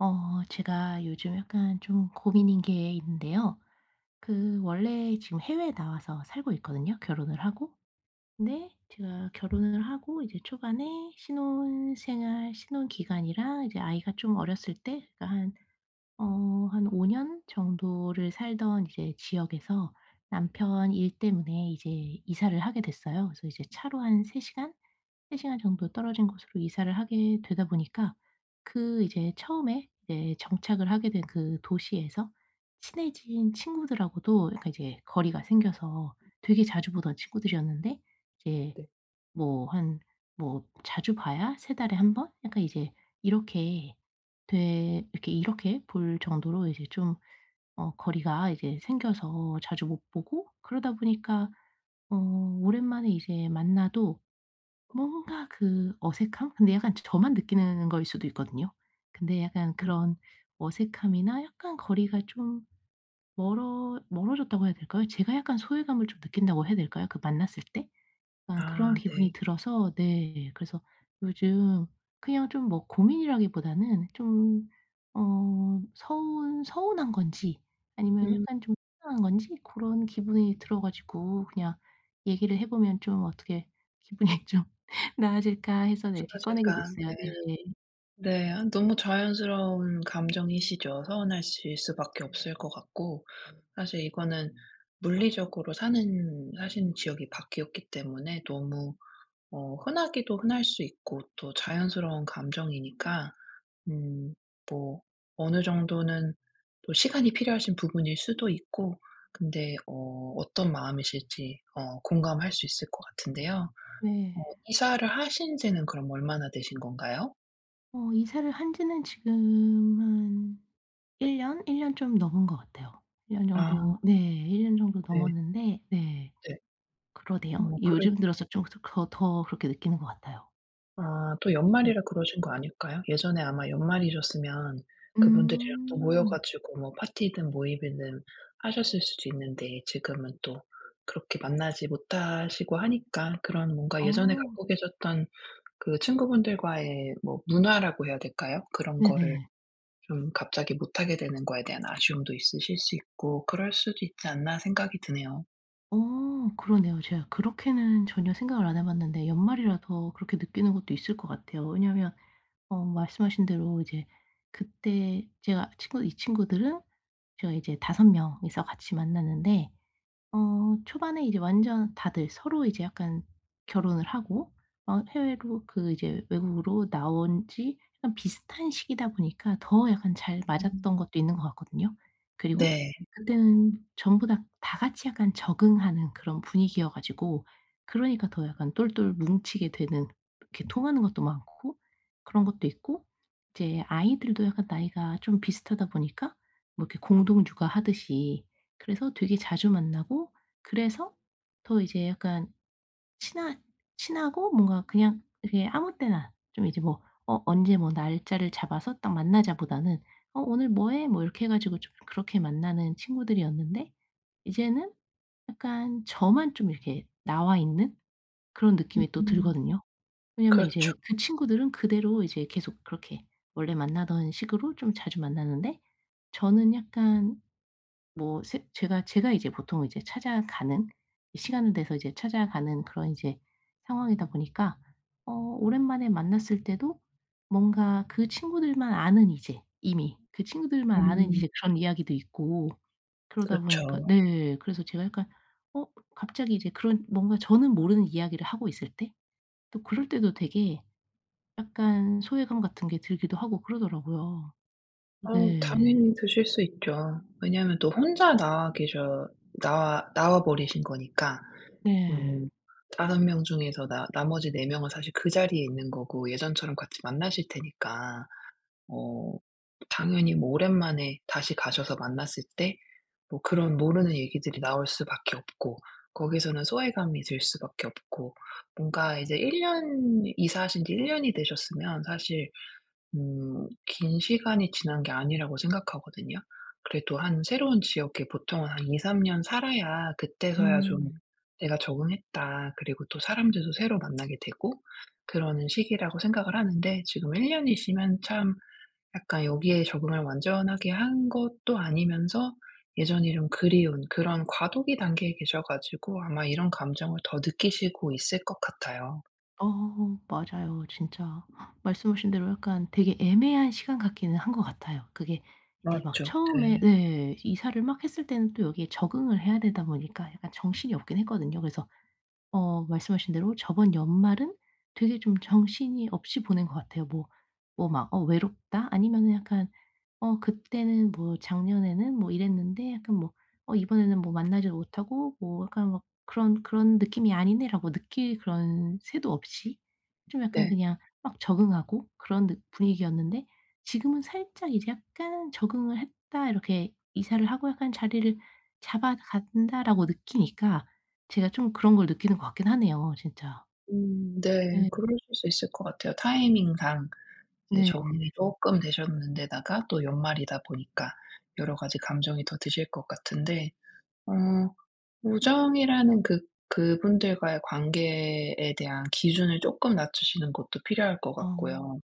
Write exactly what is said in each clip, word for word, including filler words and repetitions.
어 제가 요즘 약간 좀 고민인 게 있는데요. 그 원래 지금 해외에 나와서 살고 있거든요, 결혼을 하고. 근데 제가 결혼을 하고 이제 초반에 신혼 생활 신혼 기간이랑 이제 아이가 좀 어렸을 때, 그러니까 한 어 한 오 년 정도를 살던 이제 지역에서 남편 일 때문에 이제 이사를 하게 됐어요. 그래서 이제 차로 한 세 시간 세 시간 정도 떨어진 곳으로 이사를 하게 되다 보니까, 그 이제 처음에 이제 정착을 하게 된 그 도시에서 친해진 친구들하고도 약간 이제 거리가 생겨서, 되게 자주 보던 친구들이었는데, 이제 뭐 한, 뭐 자주 봐야 세 달에 한 번? 약간 이제 이렇게 돼, 이렇게, 이렇게 볼 정도로 이제 좀, 어 거리가 이제 생겨서 자주 못 보고 그러다 보니까, 어 오랜만에 이제 만나도 뭔가 그 어색함? 근데 약간 저만 느끼는 거일 수도 있거든요. 근데 약간 음. 그런 어색함이나 약간 거리가 좀 멀어 멀어졌다고 해야 될까요? 제가 약간 소외감을 좀 느낀다고 해야 될까요? 그 만났을 때? 약간 그런 아 기분이 네. 들어서, 네, 그래서 요즘 그냥 좀 뭐 고민이라기보다는 좀, 어 서운 서운한 건지 아니면 음 약간 좀 속상한 건지, 고런 기분이 들어 가지고 그냥 얘기를 해 보면 좀 어떻게 기분이 좀 나아질까 해서, 네, 이렇게 꺼내게 사라질까. 됐어요. 네. 네. 네. 아 너무 자연스러운 감정이시죠. 서운하실 수밖에 없을 것 같고 사실 이거는 물리적으로 사는 사시는 지역이 바뀌었기 때문에 너무 어 흔하기도 흔할 수 있고 또 자연스러운 감정이니까 음 뭐 어느 정도는 또 시간이 필요하신 부분일 수도 있고 근데 어 어떤 마음이실지 어 공감할 수 있을 것 같은데요. 어 네. 이사를 하신 지는 그럼 얼마나 되신 건가요? 어 이사를 한 지는 지금 한 일 년? 일 년 좀 넘은 것 같아요. 일 년 아 정도, 네, 일 년 정도 네. 넘었는데, 네. 네. 그러네요. 어 그래 요즘 들어서 좀 더 더 그렇게 느끼는 것 같아요. 아 또 네. 연말이라 그러신 거 아닐까요? 예전에 아마 연말이셨으면 그분들이랑 또 모여 음. 가지고 뭐 파티든 모임이든 하셨을 수도 있는데 지금은 또 그렇게 만나지 못하시고 하니까 그런 뭔가 어 예전에 갖고 계셨던 그 친구분들과의 뭐 문화라고 해야 될까요? 그런 거를 네네. 좀 갑자기 못하게 되는 거에 대한 아쉬움도 있으실 수 있고 그럴 수도 있지 않나 생각이 드네요. 어 그러네요. 제가 그렇게는 전혀 생각을 안 해 봤는데 연말이라 더 그렇게 느끼는 것도 있을 것 같아요. 왜냐하면 어 말씀하신 대로 이제 그때 제가 친구 이 친구들은 제가 이제 다섯 명이서 같이 만났는데, 어 초반에 이제 완전 다들 서로 이제 약간 결혼을 하고 막 해외로 그 이제 외국으로 나온 지 약간 비슷한 시기다 보니까 더 약간 잘 음. 맞았던 것도 있는 것 같거든요. 그리고 네. 그때는 전부 다 다 같이 약간 적응하는 그런 분위기여 가지고, 그러니까 더 약간 똘똘 뭉치게 되는, 이렇게 통하는 것도 많고 그런 것도 있고, 이제 아이들도 약간 나이가 좀 비슷하다 보니까 뭐 이렇게 공동 육아하듯이, 그래서 되게 자주 만나고, 그래서 더 이제 약간 친하 친하고 뭔가 그냥 이렇게 아무 때나 좀 이제 뭐 어 언제 뭐 날짜를 잡아서 딱 만나자 보다는 "어 오늘 뭐 해?" 뭐 이렇게 해 가지고 좀 그렇게 만나는 친구들이었는데, 이제는 약간 저만 좀 이렇게 나와 있는 그런 느낌이 또 음. 들거든요. 왜냐면 그렇죠. 이제 그 친구들은 그대로 이제 계속 그렇게 원래 만나던 식으로 좀 자주 만나는데, 저는 약간 뭐 세- 제가 제가 이제 보통 이제 찾아가는, 시간을 내서 이제 찾아가는 그런 이제 상황이다 보니까 어 오랜만에 만났을 때도 뭔가 그 친구들만 아는 이제, 이미 그 친구들만 아는 음. 이제 그런 이야기도 있고, 그러다 보니까, 그렇죠. 네, 그래서 제가 약간 어 갑자기 이제 그런 뭔가 저는 모르는 이야기를 하고 있을 때, 또 그럴 때도 되게 약간 소외감 같은 게 들기도 하고 그러더라고요. 어 네. 당연히 드실 수 있죠. 왜냐하면 또 혼자 나와 계셔 나와 나와 버리신 거니까. 네. 음. 다섯 명 중에서 나 나머지 네 명은 사실 그 자리에 있는 거고 예전처럼 같이 만나실 테니까 어 당연히 뭐 오랜만에 다시 가셔서 만났을 때 뭐 그런 모르는 얘기들이 나올 수밖에 없고 거기서는 소외감이 들 수밖에 없고 뭔가 이제 일 년 이사하신 지 일 년이 되셨으면 사실 음 긴 시간이 지난 게 아니라고 생각하거든요. 그래도 한 새로운 지역에 보통은 한 이 삼 년 살아야 그때서야 좀 음. '내가 적응했다.' 그리고 또 사람들도 새로 만나게 되고 그러는 시기라고 생각을 하는데 지금 일 년이시면 참 약간 여기에 적응을 완전하게 한 것도 아니면서 예전이 좀 그리운 그런 과도기 단계에 계셔 가지고 아마 이런 감정을 더 느끼시고 있을 것 같아요. 어 맞아요, 진짜. 말씀하신 대로 약간 되게 애매한 시간 같기는 한 것 같아요. 그게 이제 막 맞죠. 처음에, 네. 네, 이사를 막 했을 때는 또 여기에 적응을 해야 되다 보니까 약간 정신이 없긴 했거든요. 그래서 어 말씀하신 대로 저번 연말은 되게 좀 정신이 없이 보낸 것 같아요. 뭐 뭐 막 어 외롭다, 아니면은 약간 어 그때는 뭐 작년에는 뭐 이랬는데, 약간 뭐 어 이번에는 뭐 만나지도 못하고 뭐, 약간 막 '그런 그런 느낌이 아니네.'라고 느낄 그런 새도 없이 좀 약간 네. 그냥 막 적응하고 그런 느 분위기였는데, 지금은 살짝 이제 약간 '적응을 했다.' 이렇게 이사를 하고 약간 '자리를 잡아간다.'라고 느끼니까 제가 좀 그런 걸 느끼는 것 같긴 하네요, 진짜. 음 네. 네. 그러실 수 있을 것 같아요. 타이밍상 이제 네. 적응이 쪼끔 되셨는데다가 또 연말이다 보니까 여러 가지 감정이 더 드실 것 같은데 어 우정이라는 그 그분들과의 관계에 대한 기준을 쪼끔 낮추시는 것도 필요할 것 어. 같고요.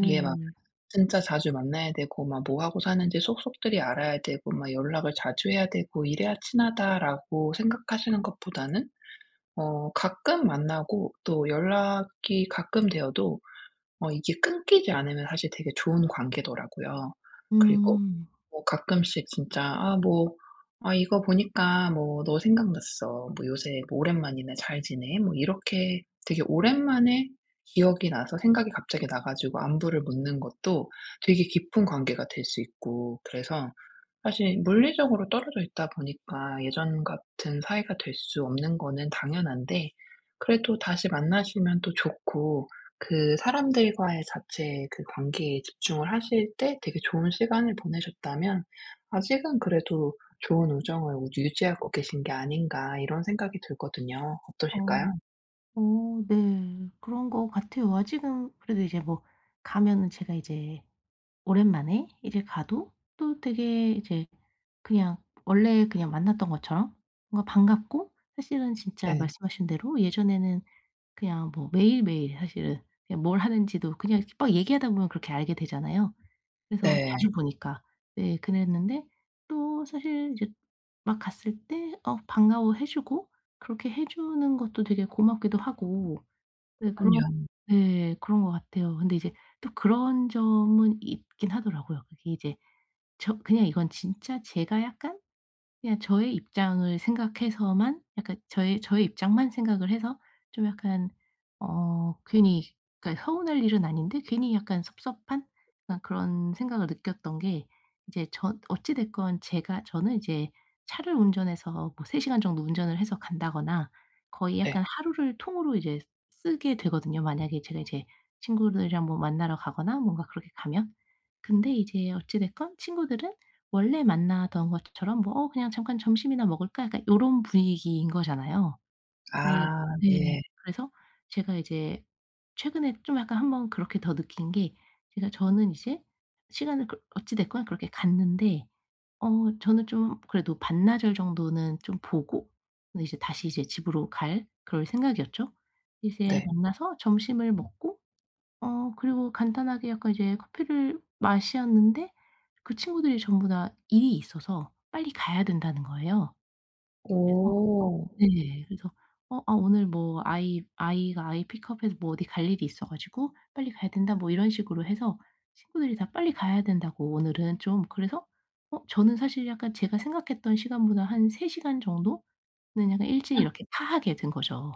이게 막 진짜 자주 만나야 되고 막 뭐 하고 사는지 속속들이 알아야 되고 막 연락을 자주 해야 되고 '이래야 친하다.'라고 생각하시는 것보다는 어 가끔 만나고 또 연락이 가끔 되어도 어 이게 끊기지 않으면 사실 되게 좋은 관계더라고요. 그리고 음. 뭐 가끔씩 진짜 "아 뭐 아 이거 보니까 뭐 너 생각났어. 뭐 요새 뭐 오랜만이네. 잘 지내?" 뭐 이렇게 되게 오랜만에 기억이 나서 생각이 갑자기 나 가지고 안부를 묻는 것도 되게 깊은 관계가 될 수 있고 그래서 사실 물리적으로 떨어져 있다 보니까 예전 같은 사이가 될 수 없는 거는 당연한데 그래도 다시 만나시면 또 좋고 그 사람들과의 자체의 그 관계에 집중을 하실 때 되게 좋은 시간을 보내셨다면 아직은 그래도 '좋은 우정을 우 유지하고 계신 게 아닌가.' 이런 생각이 들거든요. 어. 어떠실까요? 어 네. 그런 것 같아요. 아직은 그래도 이제 뭐 가면은 제가 이제 오랜만에 이제 가도 또 되게 이제 그냥 원래 그냥 만났던 것처럼 뭔가 반갑고, 사실은 진짜 네. 말씀하신 대로 예전에는 그냥 뭐 매일매일 사실은 그냥 뭘 하는지도 그냥 이렇게 막 얘기하다 보면 그렇게 알게 되잖아요. 그래서 네. 자주 보니까, 네, 그랬는데, 또 사실 이제 막 갔을 때 어 반가워해 주고 그렇게 해 주는 것도 되게 고맙기도 하고, 네, 그런, 그럼요. 네, 그런 것 같아요. 근데 이제 또 그런 점은 있긴 하더라고요. 그게 이제 저 그냥, 이건 진짜 제가 약간 그냥 저의 입장을 생각해서만, 약간 저의 저의 입장만 생각을 해서 좀 약간 어 괜히, 그러니까 서운할 일은 아닌데 괜히 약간 섭섭한, 약간 그런 생각을 느꼈던 게, 이제 저 어찌 됐건 제가, 저는 이제 차를 운전해서 뭐 세 시간 정도 운전을 해서 간다거나 거의 네. 약간 하루를 통으로 이제 쓰게 되거든요, 만약에 제가 이제 친구들이랑 뭐 만나러 가거나 뭔가 그렇게 가면. 근데 이제 어찌 됐건 친구들은 원래 만나던 것처럼 뭐 "어 그냥 잠깐 점심이나 먹을까?" 약간 요런 분위기인 거잖아요. 네. 아 네. 네. 그래서 제가 이제 최근에 좀 약간 한번 그렇게 더 느낀 게, 제가 저는 이제 시간을 그 어찌 됐건 그렇게 갔는데, 어 저는 좀 그래도 반나절 정도는 좀 보고, 근데 이제 다시 이제 집으로 갈, 그럴 생각이었죠. 이제 네. 만나서 점심을 먹고 어 그리고 간단하게 약간 이제 커피를 마셨는데 그 친구들이 전부 다 일이 있어서 빨리 가야 된다는 거예요. 그래서, 오. 네, 그래서 어 아 오늘 뭐 아이 아이가 아이 픽업해서 뭐 어디 갈 일이 있어 가지고 "빨리 가야 된다." 뭐 이런 식으로 해서 친구들이 다 빨리 가야 된다고 오늘은 좀, 그래서 어 저는 사실 약간 제가 생각했던 시간보다 한 세 시간 정도는 약간 일찍 이렇게 파하게 된 거죠.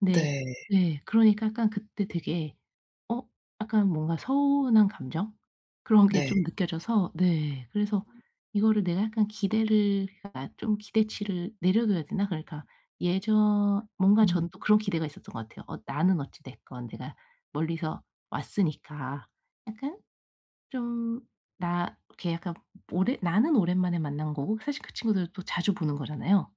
근데, 네. 네, 그러니까 약간 그때 되게 어 약간 뭔가 서운한 감정? 그런 게 네. 좀 느껴져서, 네, 그래서 이거를 내가 약간 기대를, 그러니까 좀 기대치를 내려둬야 되나? 그러니까 예전 뭔가 음. 전 또 그런 기대가 있었던 것 같아요. 어 나는 어찌 됐건 내가 멀리서 왔으니까, 약간 좀 나 이렇게 약간 오래 나는 오랜만에 만난 거고, 사실 그 친구들도 또 자주 보는 거잖아요.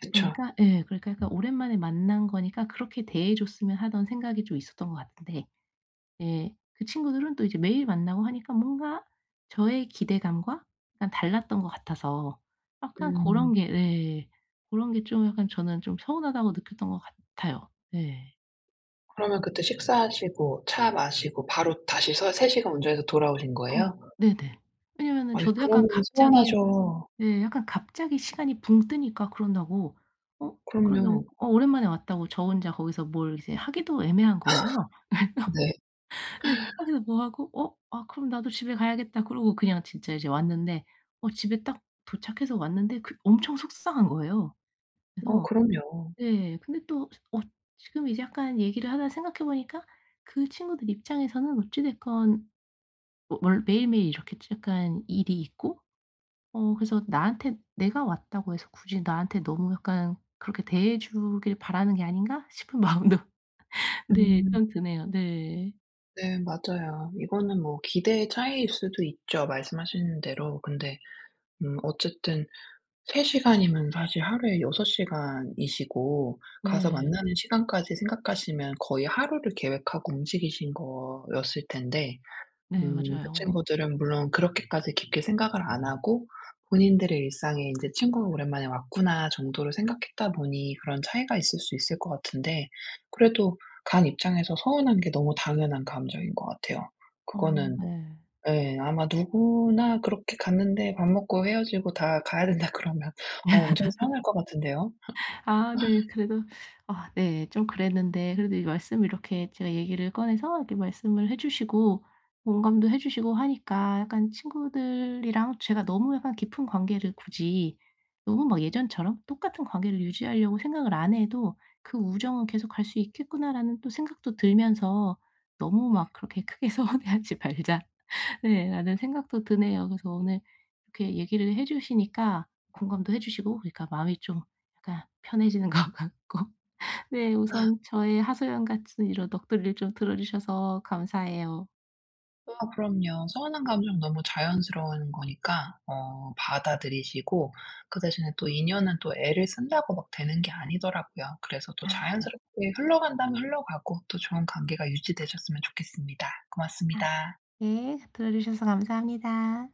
그쵸. 그러니까, 예, 그러니까 약간 오랜만에 만난 거니까 그렇게 대해 줬으면 하던 생각이 좀 있었던 것 같은데, 예, 그 친구들은 또 이제 매일 만나고 하니까 뭔가 저의 기대감과 약간 달랐던 것 같아서, 약간 그 음. 런 게, 네. 런게 좀 약간 저는 좀 서운하다고 느꼈던 것 같아요. 네. 그러면 그때 식사하시고 차 마시고 바로 다시 서 세 시간 운전해서 돌아오신 어 거예요? 네네. 왜냐면은 아이 저도 그러면 약간 갑자기, 서운하죠. 네, 약간 갑자기 시간이 붕 뜨니까 그런다고 어 그럼요. 그런다고 어 오랜만에 왔다고 저 혼자 거기서 뭘 이제 하기도 애매한 거예요. 네. 네. 하기도 뭐하고 '어 아 그럼 나도 집에 가야겠다.' 그러고 그냥 진짜 이제 왔는데, 어 집에 딱 도착해서 왔는데 그 엄청 속상한 거예요. 어 그래서, 그럼요. 네, 근데 또 어 지금 이제 약간 얘기를 하다 생각해 보니까, 그 친구들 입장에서는 어찌 됐건 뭐 월 매일매일 이렇게 약간 일이 있고, 어 그래서 나한테, 내가 왔다고 해서 굳이 나한테 너무 약간 그렇게 대해 주길 바라는 게 아닌가 싶은 마음도, 네, 음 좀 드네요. 네. 네 맞아요. 이거는 뭐 기대의 차이일 수도 있죠, 말씀하신 대로. 근데 음 어쨌든 세 시간이면 사실 하루에 여섯 시간이시고 가서 네. 만나는 시간까지 생각하시면 거의 하루를 계획하고 움직이신 거였을 텐데 네 음 그 맞아요. 친구들은 물론 그렇게까지 깊게 생각을 안 하고 본인들의 일상에 이제 '친구가 오랜만에 왔구나.' 정도로 생각했다 보니 그런 차이가 있을 수 있을 것 같은데 그래도 간 입장에서 서운한 게 너무 당연한 감정인 것 같아요. 어 그거는 네. 예 아마 누구나 그렇게 갔는데 밥 먹고 헤어지고 다 가야 된다 그러면 어 엄청 서운할 것 같은데요. 아 네. 그래도, 아 네, 좀 그랬는데, 그래도 이 말씀 이렇게 제가 얘기를 꺼내서 이렇게 말씀을 해 주시고 공감도 해 주시고 하니까, 약간 친구들이랑 제가 너무 약간 깊은 관계를, 굳이 너무 막 예전처럼 똑같은 관계를 유지하려고 생각을 안 해도 '그 우정은 계속 갈 수 있겠구나.'라는 또 생각도 들면서 '너무 막 그렇게 크게 서운해하지 말자.' 네, 라는 생각도 드네요. 그래서 오늘 이렇게 얘기를 해 주시니까 공감도 해 주시고 그러니까 마음이 좀 약간 편해지는 것 같고, 네, 우선 저의 하소연 같은 이런 넋두리를 좀 들어 주셔서 감사해요. 아 그럼요. 서운한 감정 너무 자연스러운 거니까 어 받아들이시고 그 대신에 또 인연은 또 애를 쓴다고 막 되는 게 아니더라고요. 그래서 또 아 네. 자연스럽게 흘러간다면 흘러가고 또 좋은 관계가 유지되셨으면 좋겠습니다. 아 고맙습니다. 네. 들어 주셔서 감사합니다.